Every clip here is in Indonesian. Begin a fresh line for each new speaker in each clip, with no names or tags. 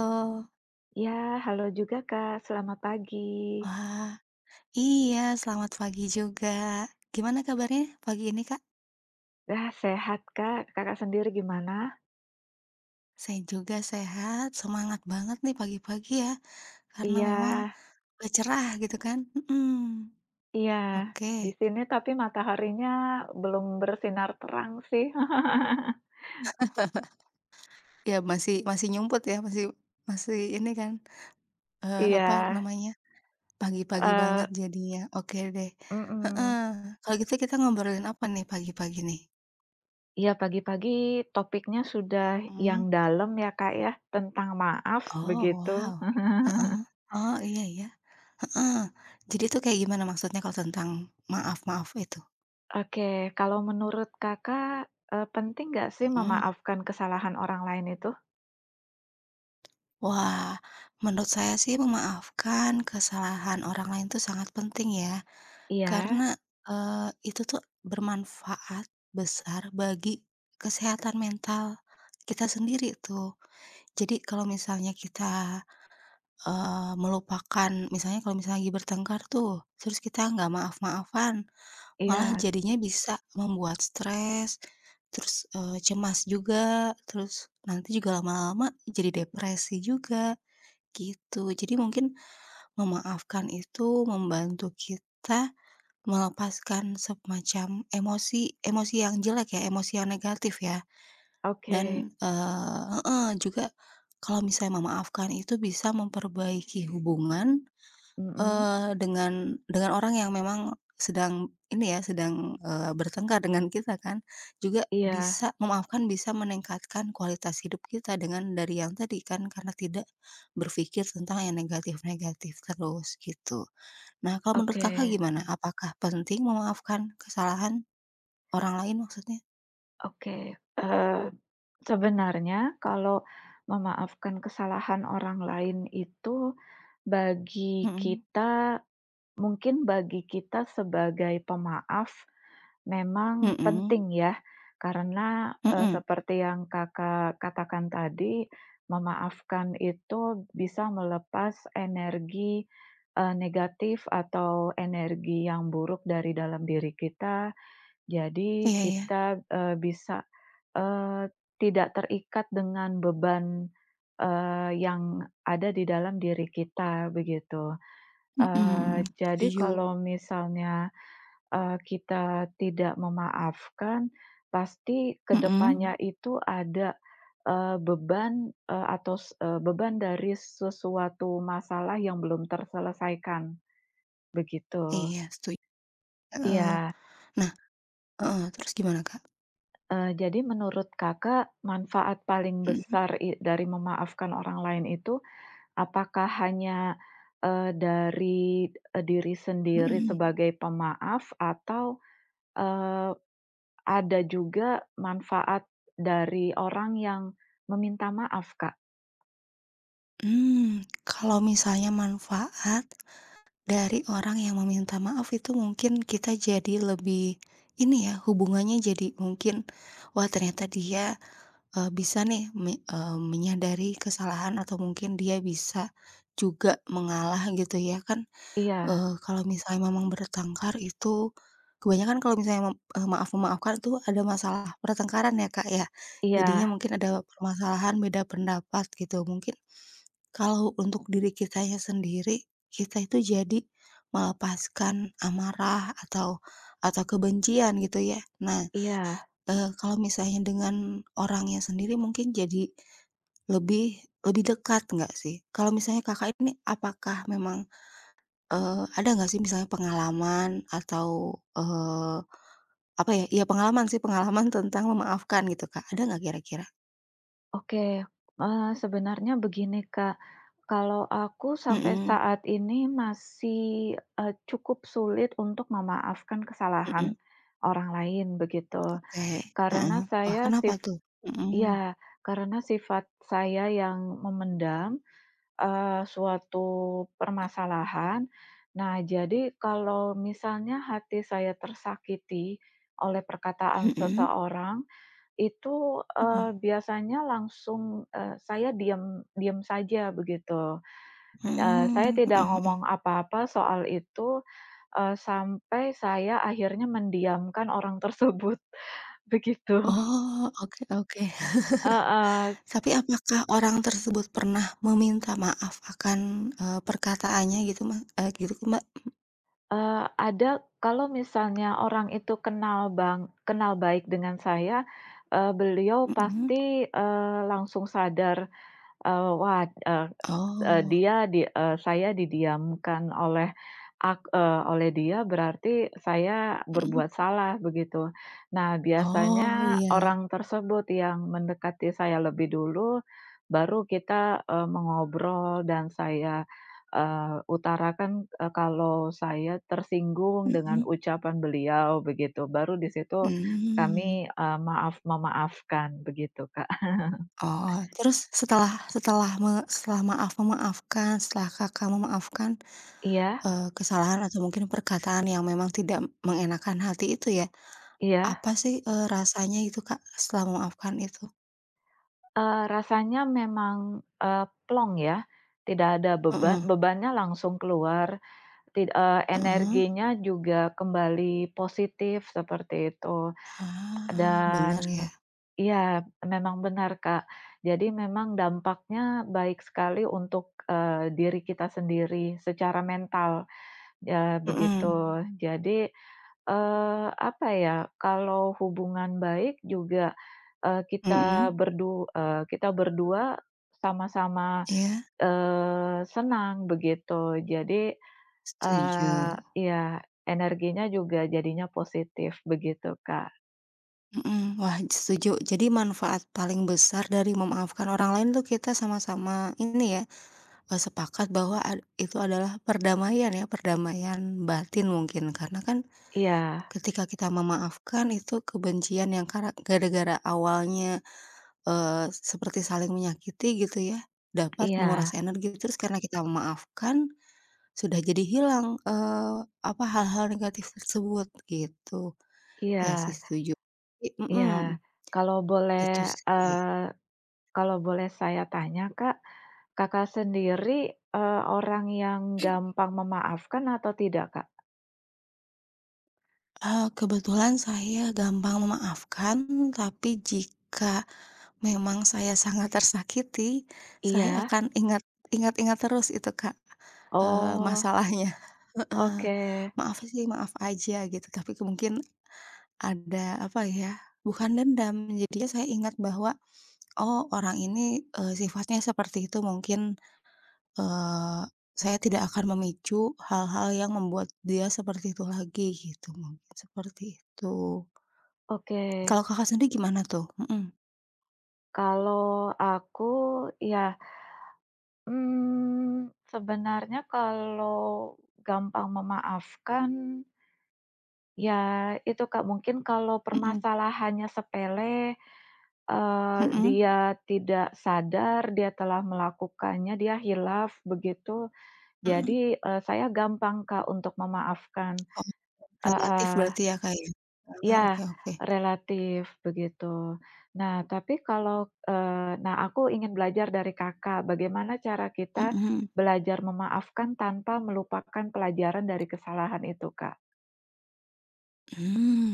Oh,
Ya, halo juga Kak, selamat pagi.
wah, iya selamat pagi juga. Gimana kabarnya pagi ini, Kak?
Nah, sehat Kak, Kakak sendiri gimana?
Saya juga sehat, semangat banget nih pagi-pagi ya, karena
Iya
memang cerah gitu kan. Mhm.
iya, di
Oke.
sini tapi mataharinya belum bersinar terang sih.
Ya masih masih nyumput ya, masih masih ini kan, apa
Iya,
namanya, pagi-pagi banget
eee,
jadinya. Oke deh.
mhm.
Heeh. Kalau gitu kita ngobrolin apa nih pagi-pagi nih?
Iya, pagi-pagi topiknya sudah
Hmm.
yang dalam ya Kak ya, tentang maaf
Oh,
begitu.
wow, heeh, oh iya iya. Heeh. Jadi itu kayak gimana maksudnya kalau tentang maaf-maaf itu?
Oke, kalau menurut Kakak, penting nggak sih
Mhm.
memaafkan kesalahan orang lain itu?
Wah, menurut saya sih memaafkan kesalahan orang lain itu sangat penting ya,
Iya
karena, itu tuh bermanfaat besar bagi kesehatan mental kita sendiri tuh. Jadi kalau misalnya kita, melupakan misalnya kalau misalnya lagi bertengkar tuh, terus kita nggak maaf-maafan. Malah
iya,
jadinya bisa membuat stres, terus, cemas juga, terus nanti juga lama-lama jadi depresi juga, gitu. Jadi mungkin memaafkan itu membantu kita melepaskan semacam emosi emosi yang jelek ya, emosi yang negatif ya,
oke.
dan, heeh, juga kalau misalnya memaafkan itu bisa memperbaiki hubungan.
Mhm,
Dengan orang yang memang sedang ini ya, sedang, bertengkar dengan kita kan, juga
iya,
bisa memaafkan bisa meningkatkan kualitas hidup kita dengan dari yang tadi kan, karena tidak berpikir tentang yang negatif-negatif terus, gitu. Nah, kalau menurut
oke
Kakak gimana? Apakah penting memaafkan kesalahan orang lain maksudnya?
oke, eee, sebenarnya kalau memaafkan kesalahan orang lain itu bagi
Mhm,
kita mungkin bagi kita sebagai pemaaf memang
mhm,
penting ya, karena,
mhm,
seperti yang Kakak katakan tadi, memaafkan itu bisa melepas energi, negatif atau energi yang buruk dari dalam diri kita. Jadi
iya iya,
kita, bisa, eee, tidak terikat dengan beban, yang ada di dalam diri kita begitu.
mhm,
Mhm. Jadi
setuju,
kalau misalnya, kita tidak memaafkan, pasti
mhm,
kedepannya itu ada, beban, eee, atau s eee, beban dari sesuatu masalah yang belum terselesaikan, begitu.
iya setuju, heeh.
Iya.
Nah heeh, terus gimana, Kak?
Jadi menurut Kakak, manfaat paling
Mhm.
besar dari memaafkan orang lain itu, apakah hanya, dari, diri sendiri
Mhm,
sebagai pemaaf atau, eee, ada juga manfaat dari orang yang meminta maaf, Kak?
kalau misalnya manfaat dari orang yang meminta maaf itu mungkin kita jadi lebih ini ya, hubungannya jadi mungkin, wah ternyata dia, bisa nih menyadari kesalahan atau mungkin dia bisa juga mengalah gitu ya kan,
Iya
kalau misalnya memang bertengkar itu kebanyakan kalau misalnya maaf-memaafkan tuh ada masalah pertengkaran ya, Kak, ya. Jadinya
iya
mungkin ada permasalahan beda pendapat gitu mungkin. Kalau untuk diri kitanya sendiri, kita itu jadi melepaskan amarah atau kebencian gitu ya. Nah,
iya.
kalau misalnya dengan orangnya sendiri mungkin jadi lebih lebih dekat nggak sih? Kalau misalnya Kakak ini apakah memang, ada nggak sih misalnya pengalaman atau, apa ya, iya pengalaman sih, pengalaman tentang memaafkan gitu, Kak, ada nggak kira-kira?
Oke, sebenarnya begini, Kak, kalau aku sampai
Mhm,
saat ini masih, cukup sulit untuk memaafkan
mhm,
kesalahan orang lain begitu.
oke, heeh.
Karena
Wah,
saya
kenapa
sif
tuh? Mhm,
Ya, karena sifat saya yang memendam, suatu permasalahan. Nah, jadi kalau misalnya hati saya tersakiti oleh perkataan
mhm.
seseorang itu,
Mhm,
biasanya langsung, saya diam diam saja begitu, saya
mhm
tidak
mhm mhm.
ngomong apa-apa soal itu, sampai saya akhirnya mendiamkan orang tersebut, begitu.
Oh, oke oke.
Heeh,
Tapi apakah orang tersebut pernah meminta maaf akan, perkataannya gitu, Mas gitu, kan, Mbak?
ada kalau misalnya orang itu kenal baik dengan saya, beliau
Mhm.
pasti, langsung sadar. Eee, wah, eee eee,
Oh,
dia di eee, Saya didiamkan oleh oleh dia berarti saya
mhm.
berbuat salah begitu. Nah,
Oh,
biasanya
iya ya.
orang tersebut yang mendekati saya lebih dulu, baru kita, mengobrol dan saya, utarakan, kalau saya tersinggung dengan
Mhm.
ucapan beliau begitu, baru di situ kami,
Mmm.
maaf memaafkan begitu, Kak.
Oh, terus setelah setelah me setelah maaf memaafkan, setelah Kakak memaafkan,
Iya
kesalahan atau mungkin perkataan yang memang tidak mengenakan hati itu ya,
iya.
apa sih, rasanya itu Kak, setelah memaafkan itu?
Rasanya memang, plong ya, tidak ada beban,
Mhm.
bebannya langsung keluar,
Heeh,
energinya juga kembali positif seperti itu.
ah, bener
Dan
ya,
iya, memang benar, Kak. Jadi memang dampaknya baik sekali untuk, diri kita sendiri secara mental, ya
mhm,
begitu. Mmm. Jadi apa ya, kalau hubungan baik juga, eee,
mhm,
kita berdu eee, kita berdua sama-sama,
iya,
senang begitu. Jadi,
setuju,
eee, iya energinya juga jadinya positif begitu, Kak.
mhm, wah setuju. Jadi manfaat paling besar dari memaafkan orang lain tuh kita sama-sama ini ya, sepakat bahwa ad itu adalah perdamaian ya, perdamaian batin mungkin karena kan
Iya
ketika kita memaafkan itu kebencian yang gara-gara awalnya, seperti saling menyakiti gitu ya, dapat menguras
iya
energi terus karena kita memaafkan sudah jadi hilang, apa, hal-hal negatif tersebut, gitu. Ya sih
iya
setuju. I
iya.
mhm,
Kalau boleh,
itu sih.
eee, kalau boleh saya tanya, Kak, Kakak sendiri, orang yang gampang memaafkan atau tidak, Kak?
Kebetulan saya gampang memaafkan, tapi jika memang saya sangat tersakiti, saya
Iya?
akan ingat-ingat terus itu, Kak,
Oh,
masalahnya. Heeh.
oke
Maaf sih, maaf aja gitu, tapi ke mungkin ada, apa ya, bukan dendam, jadinya saya ingat bahwa oh, orang ini, sifatnya seperti itu mungkin, eee, saya tidak akan memicu hal-hal yang membuat dia seperti itu lagi gitu, mungkin seperti itu.
oke.
Kalau Kakak sendiri gimana tuh? Mhm,
Kalau aku ya, hmm sebenarnya kalau gampang memaafkan, ya itu Kak, mungkin kalau
mhm,
permasalahannya sepele,
mhm,
dia tidak sadar dia telah melakukannya, dia hilaf begitu,
mhm.
jadi, saya gampang Kak, untuk memaafkan.
Oh, relatif
Heeh.
berarti ya, Kak, ya? Ah, oke
Ya,
oke.
relatif begitu. Nah, tapi kalau, nah aku ingin belajar dari Kakak, bagaimana cara kita
Mhm.
belajar memaafkan tanpa melupakan pelajaran dari kesalahan itu, Kak?
hmm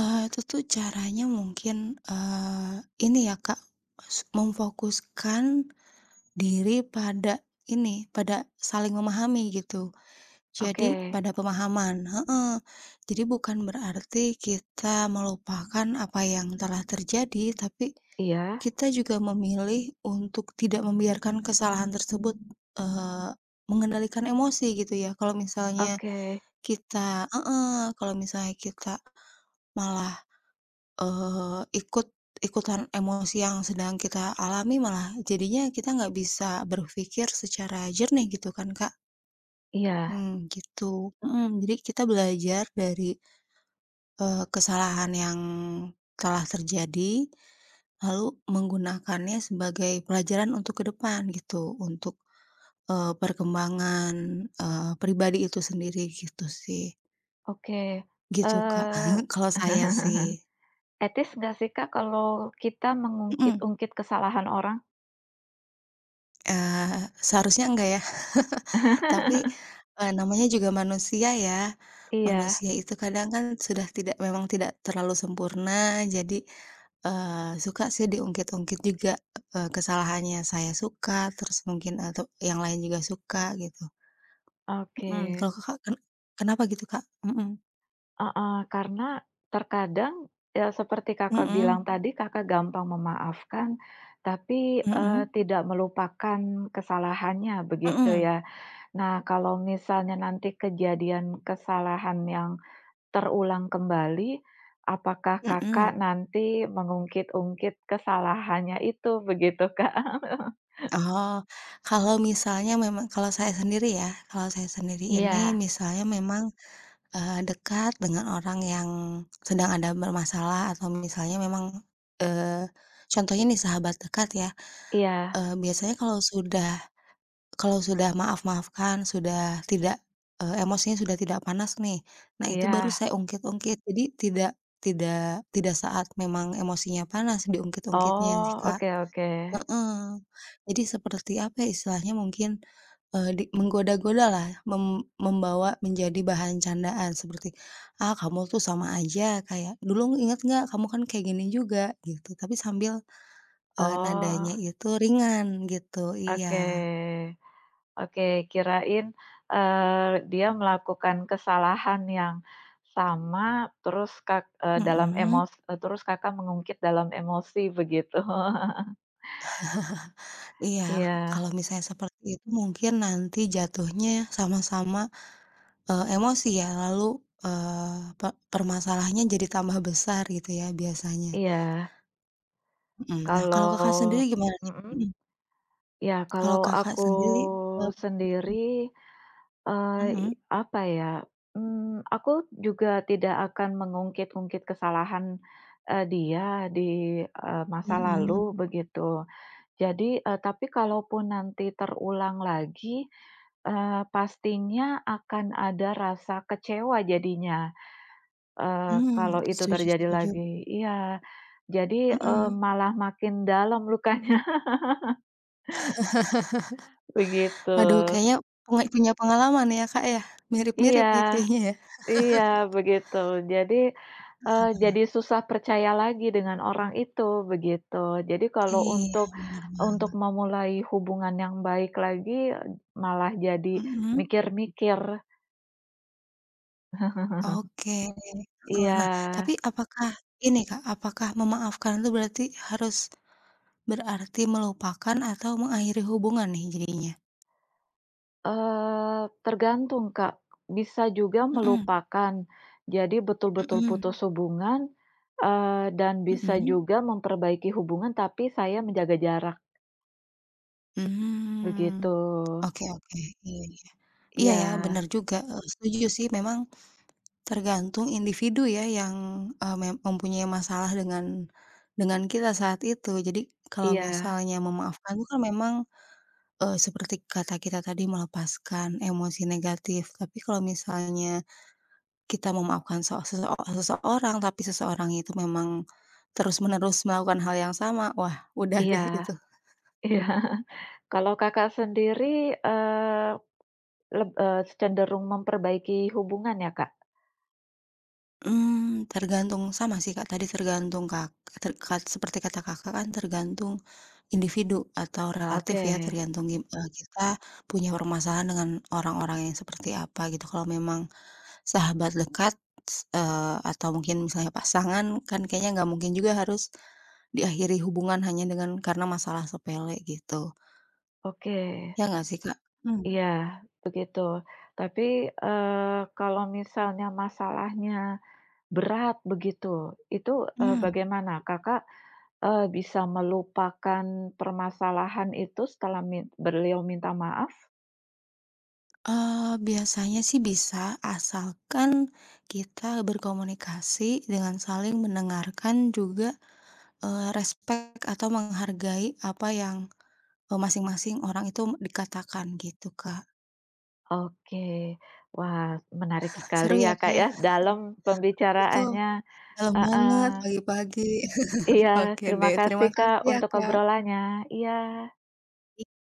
itu tuh caranya mungkin, eee, ini ya, Kak, memfokuskan diri pada ini, pada saling memahami gitu. Jadi
Oke,
pada pemahaman heeh. Jadi bukan berarti kita melupakan apa yang telah terjadi, tapi
iya,
kita juga memilih untuk tidak membiarkan kesalahan tersebut, eee, mengendalikan emosi gitu ya. Kalau misalnya
oke,
kita heeh, kalau misalnya kita malah, ikut ikutan emosi yang sedang kita alami, malah jadinya kita nggak bisa berpikir secara jernih gitu kan, Kak.
iya,
Mmm, gitu. Mhm, jadi kita belajar dari, kesalahan yang telah terjadi, lalu menggunakannya sebagai pelajaran untuk ke depan gitu, untuk, perkembangan, pribadi itu sendiri gitu sih.
oke,
Gitu Kak,
eee,
kalau saya sih.
etis nggak sih, Kak, kalau kita
Mhm.
mengungkit-ungkit kesalahan orang?
Seharusnya enggak ya. Tapi, namanya juga manusia ya.
Iya,
Manusia itu kadang kan sudah tidak memang tidak terlalu sempurna, jadi, suka sih diungkit-ungkit juga, kesalahannya. Saya suka, terus mungkin eh, atau yang lain juga suka gitu.
oke.
Mhm, kalau Kakak kenapa gitu, Kak? Mhm.
Heeh, karena terkadang, ya seperti Kakak
Mhm
bilang tadi, Kakak gampang memaafkan, tapi,
mhm
tidak melupakan kesalahannya, begitu
mhm
ya. Nah, kalau misalnya nanti kejadian kesalahan yang terulang kembali, apakah
mhm.
Kakak nanti mengungkit-ungkit kesalahannya itu, begitu, Kak?
Oh, kalau misalnya memang kalau saya sendiri ya, kalau saya sendiri ini
Iya
misalnya memang dekat dengan orang yang sedang ada bermasalah atau misalnya memang, eee, contohnya nih sahabat dekat ya,
iya
biasanya kalau sudah maaf-maafkan, sudah tidak, emosinya sudah tidak panas nih, nah itu baru
iya.
saya ungkit-ungkit. Jadi tidak tidak tidak saat memang emosinya panas diungkit-ungkitnya sih,
Oh,
Kak.
oke oke.
Heeh. Jadi seperti apa ya istilahnya mungkin, Eee, di menggoda-godalah, membawa menjadi bahan candaan seperti, "Ah, kamu tuh sama aja," kayak, "Dulu inget nggak kamu kan kayak gini juga," gitu. Tapi sambil, nadanya
Oh,
itu ringan gitu,
oke.
iya.
Oke, kirain, dia melakukan kesalahan yang sama, terus Kak eee, dalam
Mhm,
emos eee, terus Kakak mengungkit dalam emosi begitu.
iya,
Iya
kalau misalnya seperti itu mungkin nanti jatuhnya sama-sama, emosi ya, lalu, eee, pe permasalahannya jadi tambah besar gitu ya biasanya.
iya.
Mhm, nah kalau Kakak
Kalau
sendiri gimana nih?
mhm,
Mhm,
ya
kalau
kalau
Kakak
aku
sendiri, eee mhm,
sendiri,
mhm.
eee, apa ya, mmm, aku juga tidak akan mengungkit-ungkit kesalahan, dia di, masa
Mhm,
lalu begitu. Jadi, tapi kalaupun nanti terulang lagi, pastinya akan ada rasa kecewa jadinya,
mmm,
kalau Mmm. itu
setuju
terjadi
setuju,
lagi. Iya. Jadi,
mhm.
malah makin dalam lukanya, begitu.
Waduh
Mmm.
kayaknya punya pengalaman ya, Kak, ya? Mirip-mirip
Iya
ya kayaknya ya?
iya, begitu. Jadi, jadi susah percaya lagi dengan orang itu, begitu. Jadi kalau
Iya
untuk
bener banget,
memulai hubungan yang baik lagi, eh, malah jadi
mhm,
mikir-mikir.
oke, heeh.
Iya,
Nah tapi apakah ini, Kak, apakah memaafkan itu berarti harus berarti melupakan atau mengakhiri hubungan nih jadinya?
tergantung, Kak. Bisa juga
Mhm,
melupakan. Jadi betul-betul
mhm,
putus Mmm. hubungan, eee, dan bisa
mhm,
juga memperbaiki hubungan tapi saya menjaga jarak,
mmm,
begitu.
oke oke, iya iya. Iya
Iya
ya
Mmm.
bener juga, setuju sih memang tergantung individu ya yang, eee, mem mempunyai masalah dengan kita saat itu. Jadi kalau
iya
misalnya memaafkan itu kan memang, seperti kata kita tadi melepaskan emosi negatif. Tapi kalau misalnya kita memaafkan se seseo seseorang, tapi seseorang itu memang terus-menerus melakukan hal yang sama, wah udah deh
iya
itu.
iya. Kalau Kakak sendiri, eee, cenderung memperbaiki hubungan ya, Kak?
Tergantung sama sih Kak, tadi tergantung Kak, ter kat seperti kata Kakak kan tergantung individu atau relatif
Oke
ya tergantung kita punya permasalahan dengan orang-orang yang seperti apa gitu. Kalau memang sahabat dekat, atau mungkin misalnya pasangan kan kayaknya nggak mungkin juga harus diakhiri hubungan hanya dengan karena masalah sepele gitu.
oke.
Ya nggak sih, Kak? Mmm,
Iya, begitu. Tapi, kalau misalnya masalahnya Berat begitu. Itu,
mhm.
bagaimana Kakak, bisa melupakan permasalahan itu setelah beliau minta maaf?
Biasanya sih bisa asalkan kita berkomunikasi dengan saling mendengarkan juga, respek atau menghargai apa yang masing-masing orang itu dikatakan gitu, Kak.
Oke. Wah, menarik sekali
Seru
ya,
ya, Kak,
Kak,
ya?
ya, dalam
Betul,
pembicaraannya
dalam banget
heeh.
pagi-pagi.
Iya,
Oke
terima
deh, terima
kasih, Kak,
kasih ya,
untuk
Kak.
obrolannya. Iya.